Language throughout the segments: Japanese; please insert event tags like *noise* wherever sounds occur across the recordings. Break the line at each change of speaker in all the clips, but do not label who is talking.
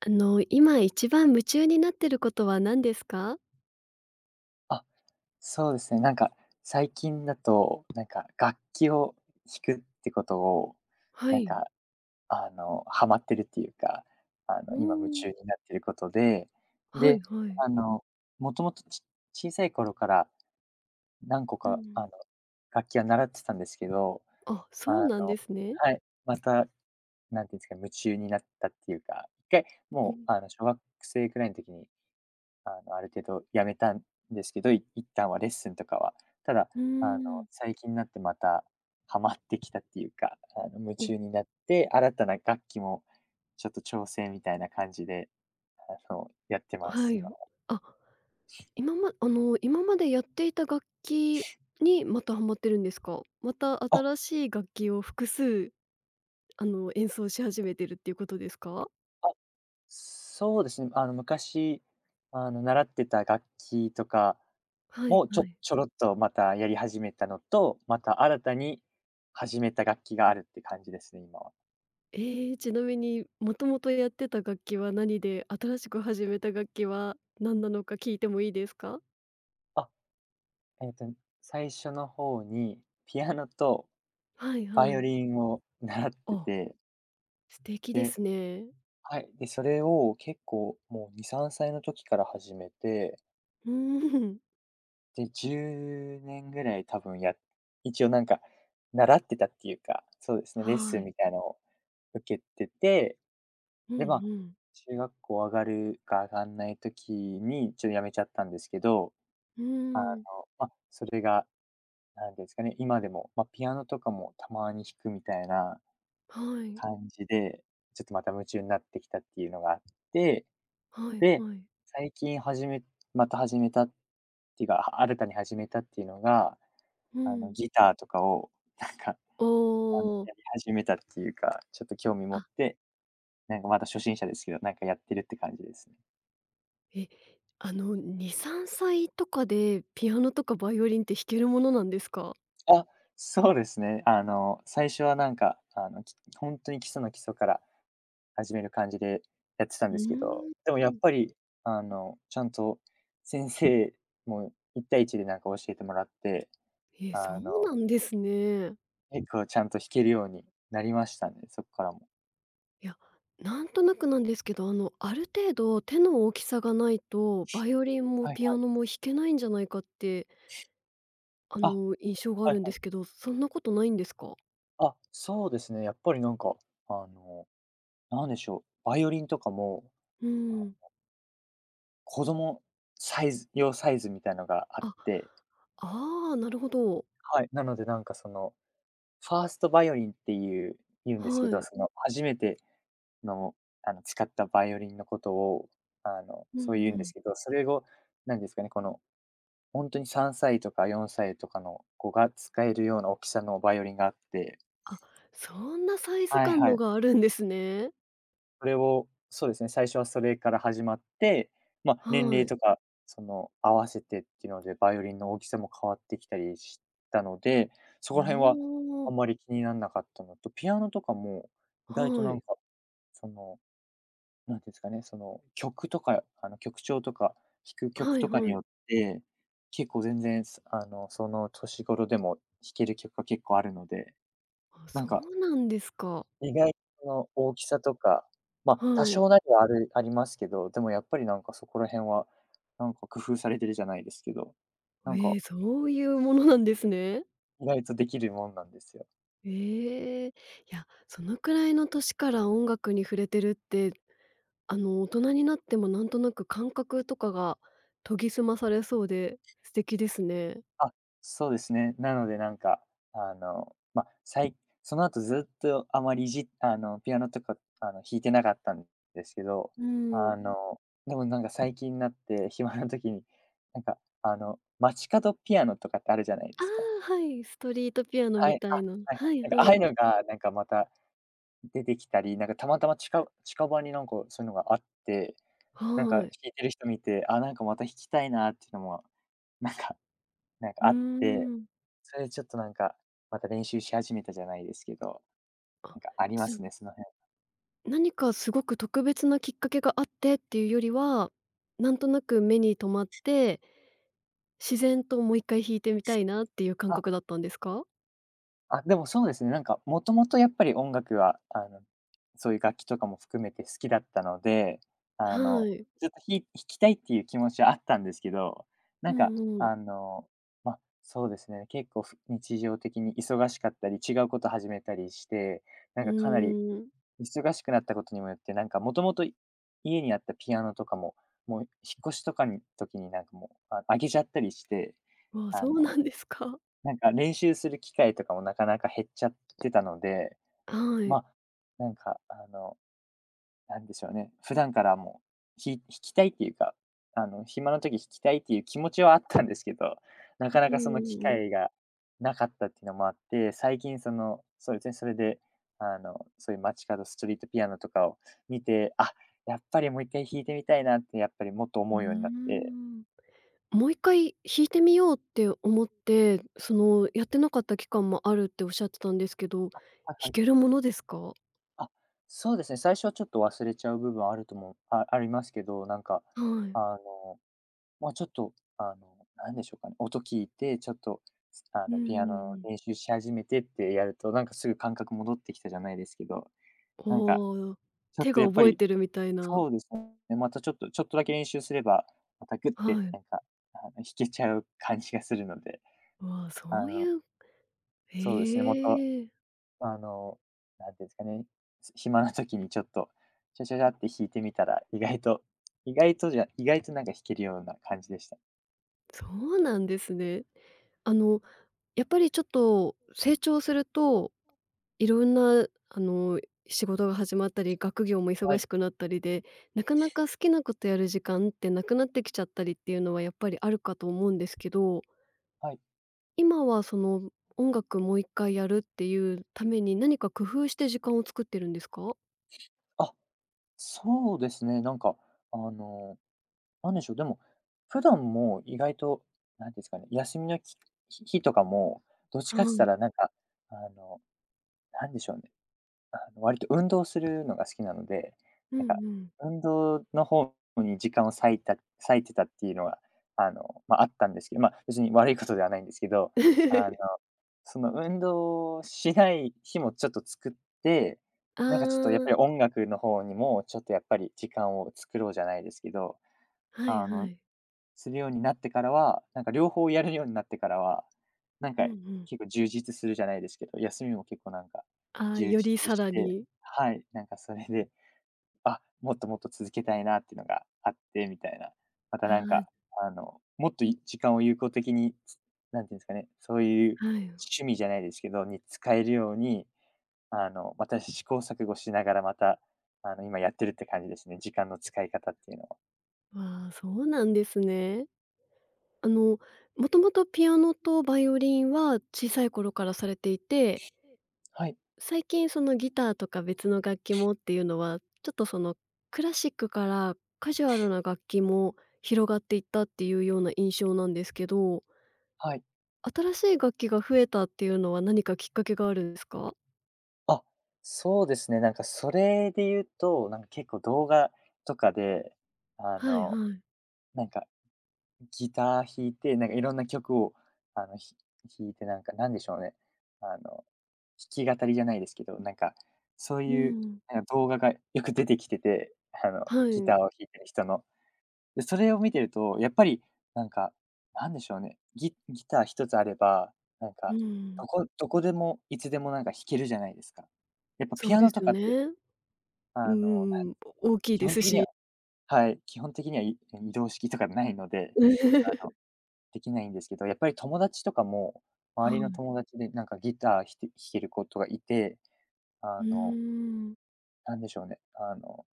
今一番夢中になってることは何ですか？
あ、そうですね。最近だと、楽器を弾くってことを、
は
なん
い。
か、ハマってるっていうか、あ
お
の、今夢
お、
中になってることで、
はい
で、
はい。
あの、もともとち小さい頃から何個
う
か、
ん。
楽器は習ってたんですけど、
あ、そ
あ
うなんで
の
すね。
はい、また、なんていうんですか、夢中になったっていうか、1回
う
もう、
ん。
あの、小学生くらいの時にある程度やめたんですけど、一旦はレッスンとかは。ただ、
うー
あの、
ん。
最近になってまたハマってきたっていうか、あの、夢
お、
中になって、新たな楽器もちょっと挑戦みたいな感じで、やってま
は
す、
い。
今は。
あ、今までやっていた楽器にまたハマってるんですか？また
あ、
新しい楽器を複数、演奏し始めてるっていうことですか？
あ、そうですね。あの、昔、あの、習ってた楽器とか
はい
も、
はい。
ちょろっとまたやり始めたのと、また新たに始めた楽器があるって感じですね、今は。
ええ、ちなみに、もともとやってた楽器は何で、新しく始めた楽器は何なのか聞いてもいいですか？
あえっと、最初の方にピアノと
はい
バ
は
イオ
い。
リンを *laughs* 習って
あ、
て、
素敵で
で
すね。
はい、で、それを結構もう2、3歳の時から始めて、
うーん。
で、10年ぐらい多分や一応なんか習ってたっていうか、そうですね、レッ
は
スン
い。
みたいのを受けてて、
うん
で、
う
まあ、
ん。
中学校上がるか上がんない時にちょっと辞めちゃったんですけど、
う
あの、
ーん。
まあ、それが何ていうんですかね、今でも、まあ、ピアノとかもたまに弾くみたいな
はい。
感じで、ちょっとまた夢中になってきたっていうのがあって、
はい
で、
はい。
最近始めまた始めたっていうか、は新たに始めたっていうのが、
う
あの、
ん。
ギターとかを、なんか、
お。
やり始めたっていうか、ちょっと興味
あ。
持っ
あ、
て、なんかまだ初心者ですけど、なんかやってるって感じですね。
え、あの、2、3歳とかでピアノとかバイオリンって弾けるものなんですか？
あ、そうですね。あの、最初はなんか、あの、ほんとに基礎の基礎から始める感じでやってたん
うー
ですけど、
ん。
でもやっぱり、あの、ちゃんと先生も一対一でなんか教えてもらって、
え、そ
あ
う
の、
なんですね。
結構ちゃんと弾けるようになりましたね、そっからも。
いや、なんとなくなんですけど、ある程度手の大きさがないと、バイオリンも
はい
ピア
はい。
ノも弾けないんじゃないかって
あ、
印象があ
はい
るんで
はい。
すけど、そんなことないんですか？
あ、そうですね、やっぱりなんか、あの、なんでしょう、バイオリンとかも、
う
あ
ー
の、
ん。
子供サイズ用サイズみたいのがあっ
あ、
て、
ああ、なるほど。
はい、なのでなんかその、ファーストバイオリンっていう言うんですけ
は
ど、
い。
その初めての、あの、使ったバイオリンのことを、あの、
うんう
そう言うんで
ん。
すけど、それを、なんですかね、この、ほんとに3歳とか4歳とかの子が使えるような大きさのバイオリンがあって、
あ、そんなサイズ
はい
感
は
の
い。
があるんですね。
それを、そうですね、最初はそれから始まって、ま、年
は
齢
い。
とか、その、合わせてっていうので、バイオリンの大きさも変わってきたりしたので、そ
お
こら辺はあ
お、
んまり気になんなかったのと、ピアノとかも、意外と
は
なん
い。
か、その、なんていうんですかね、その、曲とか、あの、曲調とか、弾く
は
曲
い
とか
は
に
い。
よって、結構全然、あの、その年頃でも弾ける曲が結構あるので、
あ、
な
そ
んか、
うなんですか。
意外とその大きさとか、ま、
は
多
い。
少なりはあるありますけど、でもやっぱりなんかそこら辺は、なんか工夫されてるじゃないですけど、なん
え
か、
え、そういうものなんですね。
意外とできるもんなんですよ。
ええ。いや、そのくらいの年から音楽に触れてるって大人になってもなんとなく感覚とかが研ぎ澄まされそうで素敵ですね。
あ、そうですね。なのでなんか、あの、ま、その後ずっとあまりいじあの、ピアノとか、あの、弾いてなかったんですけど、
う
あ
ん。
の、でもなんか最近になって暇な時に、あの、街角ピアノとかってあるじゃないで
あ
すか。
あ、はい、ストリートピアノ
は
み
い、
た
あ、
いな。
はい
はい
なんかあ
は
あいう
い。
のがなんかまた出てきたり、なんかたまたま近場になんかそういうのがあって、なんか
は
弾
い。
いてる人見て、あ、なんかまた弾きたいなっていうのも、なんかなん
うー
かあって、
ん。
それでちょっとなんか、また練習し始めたじゃないですけど、な
あ、
んかありま
じゃ、
すね、その辺。
何かすごく特別なきっかけがあってっていうよりは、なんとなく目に留まって、自然ともう一回弾いてみたいなっていう感
あ、
覚だったんですか？
でもそうですね、なんかもともとやっぱり音楽は、あの、そういう楽器とかも含めて好きだったので、あ
は
の、
い。
ずっと弾きたいっていう気持ちはあったんですけど、
う
なんか、
んうん。
あの、ま、そうですね、結構日常的に忙しかったり、違うこと始めたりして、な
う
んかかなり
ーん。
忙しくなったことにもよって、なんかもともと家にあったピアノとかも、もう引っ越しとかに時になんかもう、あげちゃったりして、
あ、
あ
そうな
の、
んですか。
なんか練習する機会とかもなかなか減っちゃってたので、
は
ま
い。
あ、なんかあのなんでしょうね、普段からもう、ひ弾きたいっていうか、あの、暇な時弾きたいっていう気持ちはあったんですけど、*laughs* なかな
う
かそ
んう
の機
んうん。
会がなかったっていうのもあって、最近その、そうですね、それで、あの、そういう街角ストリートピアノとかを見て、あ、やっぱりもう一回弾いてみたいなってやっぱりもっと
う
思
ー
うようになって、
ん。もう一回弾いてみようって思って、やってなかった期間もあるっておっしゃってたんですけど、弾
はいは
け
い。
るものですか？
あ、そうですね、最初はちょっと忘れちゃう部分あるともあありますけど、なんか、
は
あ
い。
のまあ、ちょっと、あの、なんでしょうかね、音聞いて、ちょっと、あ
う
の、ピアノの
ん。
練習し始めてってやると、なんかすぐ感覚戻ってきたじゃないですけど、なんか、
おお、
ちょっ
手
と
が
やっぱ
覚え
り、
てるみたいな。
そうですね、またちょっとだけ練習すれば、またグって、
はい。
なんか、あの、弾けちゃう感じがするので、
わあ、
あ
そう
の、
いう
そうですね、また、
ええ、
あの、なんていうんですかね、暇な時にちょっと、ちゃちゃちゃって弾いてみたら、意外となんか弾けるような感じでした。
そうなんですね。あの、やっぱりちょっと成長するといろんな、仕事が始まったり、学業も
は
忙
い、
しくなったりで、なかなか好きなことやる時間ってなくなってきちゃったりっていうのはやっぱりあるかと思うんですけど、
はい。
今はその音楽もう一回やるっていうために何か工夫して時間を作ってるんですか？
あそうですね、なんか、あの、なんでしょう、でも、普段も意外と、なんていうんですかね、休みのき日日とかも、どっち
は
かって言った
い。
らなんか、あの、なんでしょうね、あの、割と運動するのが好きなので、
うん
なんか、
うん。
運動の方に時間を割いた割いてたっていうのが、あの、まあ、あったんですけど、まあ、別に悪いことではないんですけど、あの、
*laughs*
その運動しない日もちょっと作って、
あ
なんかちょっとやっ
あ、
ぱり音楽の方にも、ちょっとやっぱり時間を作ろうじゃないですけど、
はい
あ
は
の、
い。
するようになってからは、なんか両方やるようになってからは、なん
うん
か
うん。
結構充実するじゃないですけど、休みも結構なんか
ああ、
充
より
実
さ
し
ら
て、
に
はい、なんかそれで、あ、もっともっと続けたいなっていうのがあってみたいな。また
あ
なん
あ、
か、あの、もっと時間を有効的に、なんていうんですかね、そういう
はい。
趣味じゃないですけど、に使えるように、あの、また試行錯誤しながらまた、あの、今やってるって感じですね。時間の使い方っていうのは。
わあ、そうなんですね。あの、もともとピアノとバイオリンは小さい頃からされていて、
はい、
最近そのギターとか別の楽器もっていうのは、ちょっとそのクラシックからカジュアルな楽器も広がっていったっていうような印象なんですけど、
はい。
新しい楽器が増えたっていうのは何かきっかけがあるんですか？
あ、そうですね。なんかそれで言うと、なんか結構動画とかで、あ
はい
の、
はい。
なんかギター弾いて、なんかいろんな曲を、あの、ひ弾いて、なんか、なんでしょうね、あの、弾き語りじゃないですけど、なんか、そう
う
いう、
ん。
なんか動画がよく出てきてて、あの、
は
ギターを
い。
弾いてる人の。で、それを見てると、やっぱり、なんか、なんでしょうね、ギター一つあれば、なん
う
か、ど
ん。
こどこでもいつでもなんか弾けるじゃないですか。やっぱ
そ
ピ
う
ア
で
ノ
す
と
よ
かって、
ね。う
あの、なん
ん。大きい
基
で
本
す
的には、
し。
はい、基本的にはい移動式とかないので、あの
*laughs*
できないんですけど、やっぱり友達とかも、
は
周りの
い。
友達でギター弾ける子とかいて、
う
あの、
ーん。
なんでしょうね、あの、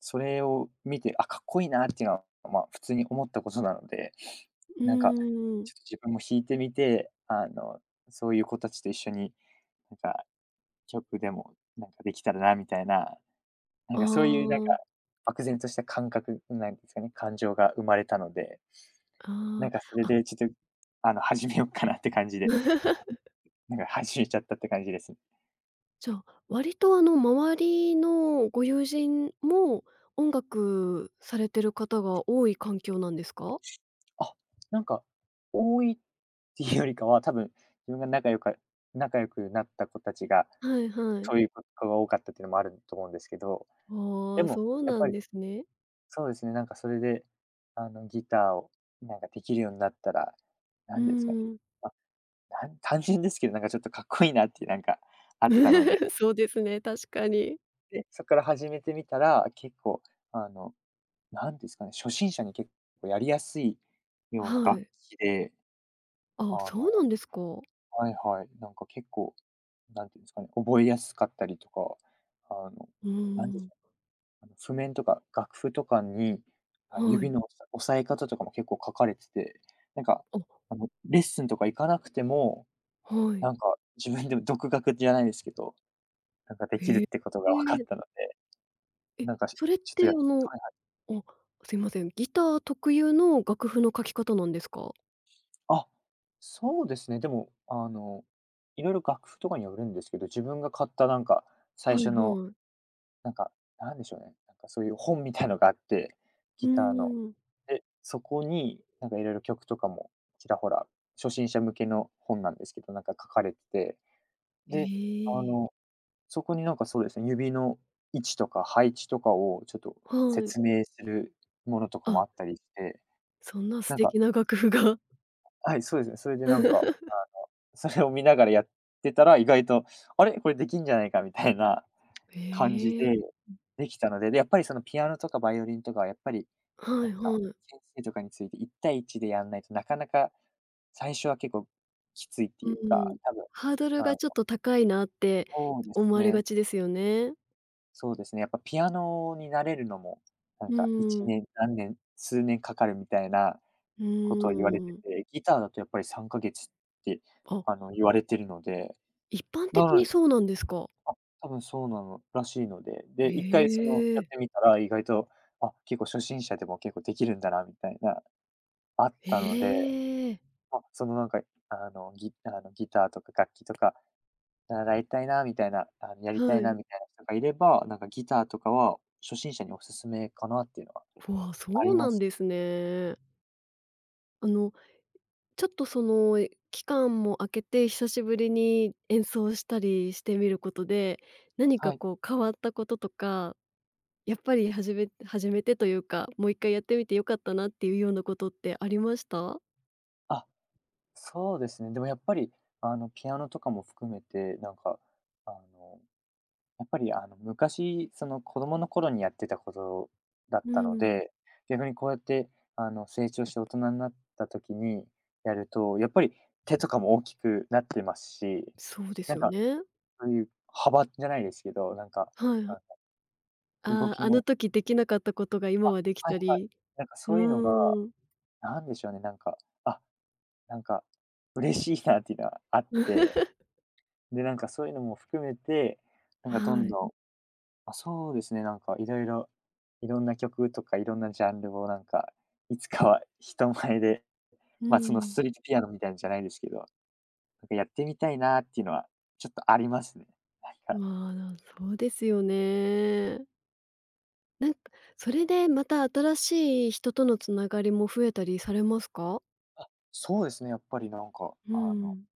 それを見て、あ、かっこいいなっていうのは、まあ、普通に思ったことなので、
う
なんか、
ーん。
ちょっと自分も弾いてみて、そういう子たちと一緒に、なんか、曲でも、なんかできたらなみたいな、なん
あ
かそういうなんか、
あ、
漠然とした感覚なんですかね、感情が生まれたので、な
あ
んかそれ
あ、あ、
でちょっと、始めようかなって感じで。
*laughs*
なんか弾いちゃったって感じですね。
じゃあ、割と周りのご友人も音楽されてる方が多い環境なんですか？
あ、なんか多いっていうよりかは、多分自分が仲良くなった子たちが、
はいはい。
そういう子が多かったっていうのもあると思うんですけど、で
ああ、
も
そう
やっ
な
ぱ
ん
り
ですね。
そうですね、なんかそれで、ギターをなんかできるようになったら、
う
なんですかね、
ん。
あな単純ですけど、なんかちょっとかっこいいなってなんかあったので、
*laughs* そうですね、確かに。
で、そこから始めてみたら、結構あの、なんですかね、初心者に結構やりやすいような
は
楽
い。
器で、あ
あ、そう
の
なんですか。
はい。なんか結構、なんていうんですかね、覚えやすかったりとか、あの、
う
なんでし
ん。
ょう、あの譜面とか楽譜とかに、
は
指
い。
の押さえ方とかも結構書かれてて、なんか、
あ、
レッスンとか行かなくても、
はい。
なんか自分でも独学じゃないですけど、なんかできるっ
え
てことが分かっ
え。
たので、
え、
なんか、し
それっ
ちょっ
て
とやっはいはい。
あ、すいません、ギター特有の楽譜の書き方なんですか？
あ、そうですね。でも、いろいろ楽譜とかによるんですけど、自分が買ったなんか、
は
最
い
初の
はい。
なんか、なんでしょうね、なんかそういう本みたいのがあって、
うー
ギターの。
ん。
で、そこになんかいろいろ曲とかもちらほら、初心者向けの本なんですけど、なんか書かれてて、
え
で、あ
え。
の、そこになんかそうですね、指の位置とか配置とかをちょっと
はい。
説明するものとかも
あ、
あったりして、
そんな素
なんか
敵な楽譜が
はい、そうですね、それでなんか、
*laughs*。
それを見ながらやってたら、意外と、あれ、これできんじゃないかみたいな感じで、
ええ。
できたので、で、やっぱりそのピアノとかバイオリンとかはやっぱり、
は
な
い
んか、
はい。
先生とかについて1対1でやんないとなかなか、最初は結構きついって
う
いうか、
ん。
多分
ハードルが
はい、
ちょっと高いなって
そうです
思われが
ね。
ちですよね。
そうですね、やっぱピアノに慣れるのも、なん
う
か1
ん。
年、何年、数年かかるみたいな
う
ことを言われ
ー
て
ん。
て、ギターだとやっぱり3ヶ月って、
あ、
言われてるので、
一般的
な
に
の
そうなんですか。
多分そうなのらしいので、で、一回その
え
やっ
え。
てみたら、意外と、あ、結構初心者でも結構できるんだなみたいな、あったので、
ええ。
あそのなんか、あの、ギあの、ギターとか楽器とか習いたいなみたいな、やりた
は
いな
い。
みたいな人がいれば、なんかギターとかは初心者におすすめかなっていうのは
わあ、
あ
そう
りま
なん
す。
ですね。あのちょっとその、期間も空けて久しぶりに演奏したりしてみることで、何か
はい。
こう変わったこととか、やっぱり始めてというか、もう一回やってみて良かったなっていうようなことってありました？
あ、そうですね。でもやっぱり、ピアノとかも含めて、あのやっぱり昔、その子供の頃にやってたことだっ
う
たの
ん。
で、逆にこうやって成長して大人になった時にやると、やっぱり手とかも大きくなってますし、
そうで
な
す
ん
よ
か
ね。
そういう幅じゃないですけど、
はいは
あ
い。
動
ああ、
き
あの
の、
時できなかったことが今
あ、
はでき
はい
た
はい。
り、
なんか
う
そういうのが、
ーん。
なんでしょうね、なんか、あ、なんか嬉しいなっていうのはあって、
*laughs*
で、なんかそういうのも含めて、なん
は
かどん
い。
どんあ、そうですね、いろんな曲とかいろんなジャンルをなんか、いつかは *laughs* 人前で、
う
ま、そのス
ん。
トリートピアノみたいなんじゃないですけど、なんかやってみたいなっていうのはちょっとありますね。なんか、
まあ、そうですよね。なんか、それでまた新しい人とのつながりも増えたりされますか？
そうですね、やっぱりなんか、
う
あの
ん。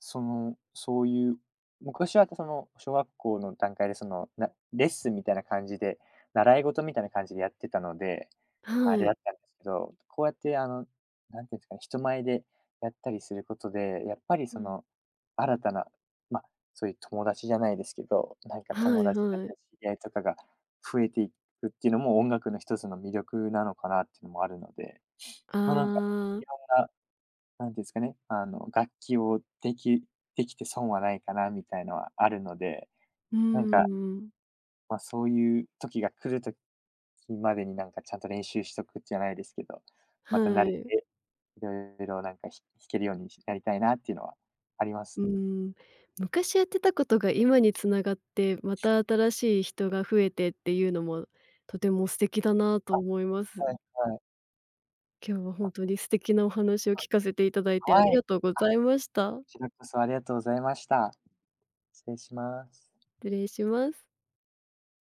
その、そういう、昔はその、小学校の段階でその、レッスンみたいな感じで、習い事みたいな感じでやってたので、
は
あれだ
い。
ったんですけど、こうやってあの、なんていうんですかね、人前でやったりすることで、やっぱり
う
そ
ん。
の、新たな、まあ、そういう友達じゃないですけど、なんか
は
友
い
達だっ
は
た
い。
り知り合いとかが増えていくっていうのも音楽の一つの魅力なのかなっていうのもあるので、
あ
ま、なんか、
あ、
いろんななんていうんですかね、あの、楽器をできて損はないかなみたいのはあるので、
うー
なんか、
ん。
ま、そういう時が来る時までになんかちゃんと練習しとくじゃないですけど、また慣
は
れ
い。
て、いろいろなんか弾けるようになりたいなっていうのはありま
う
す
ー
ね。
ん。昔やってたことが今に繋がって、また新しい人が増えてっていうのも、とても素敵だなと
あ、
思います。
はいはい。
今日は本
あ、
当に素敵なお話を聞かせていただいてあ
は
り
い。
がとうございまし
こ
た。
ちらこそありがとうございました。失礼します。
失礼します。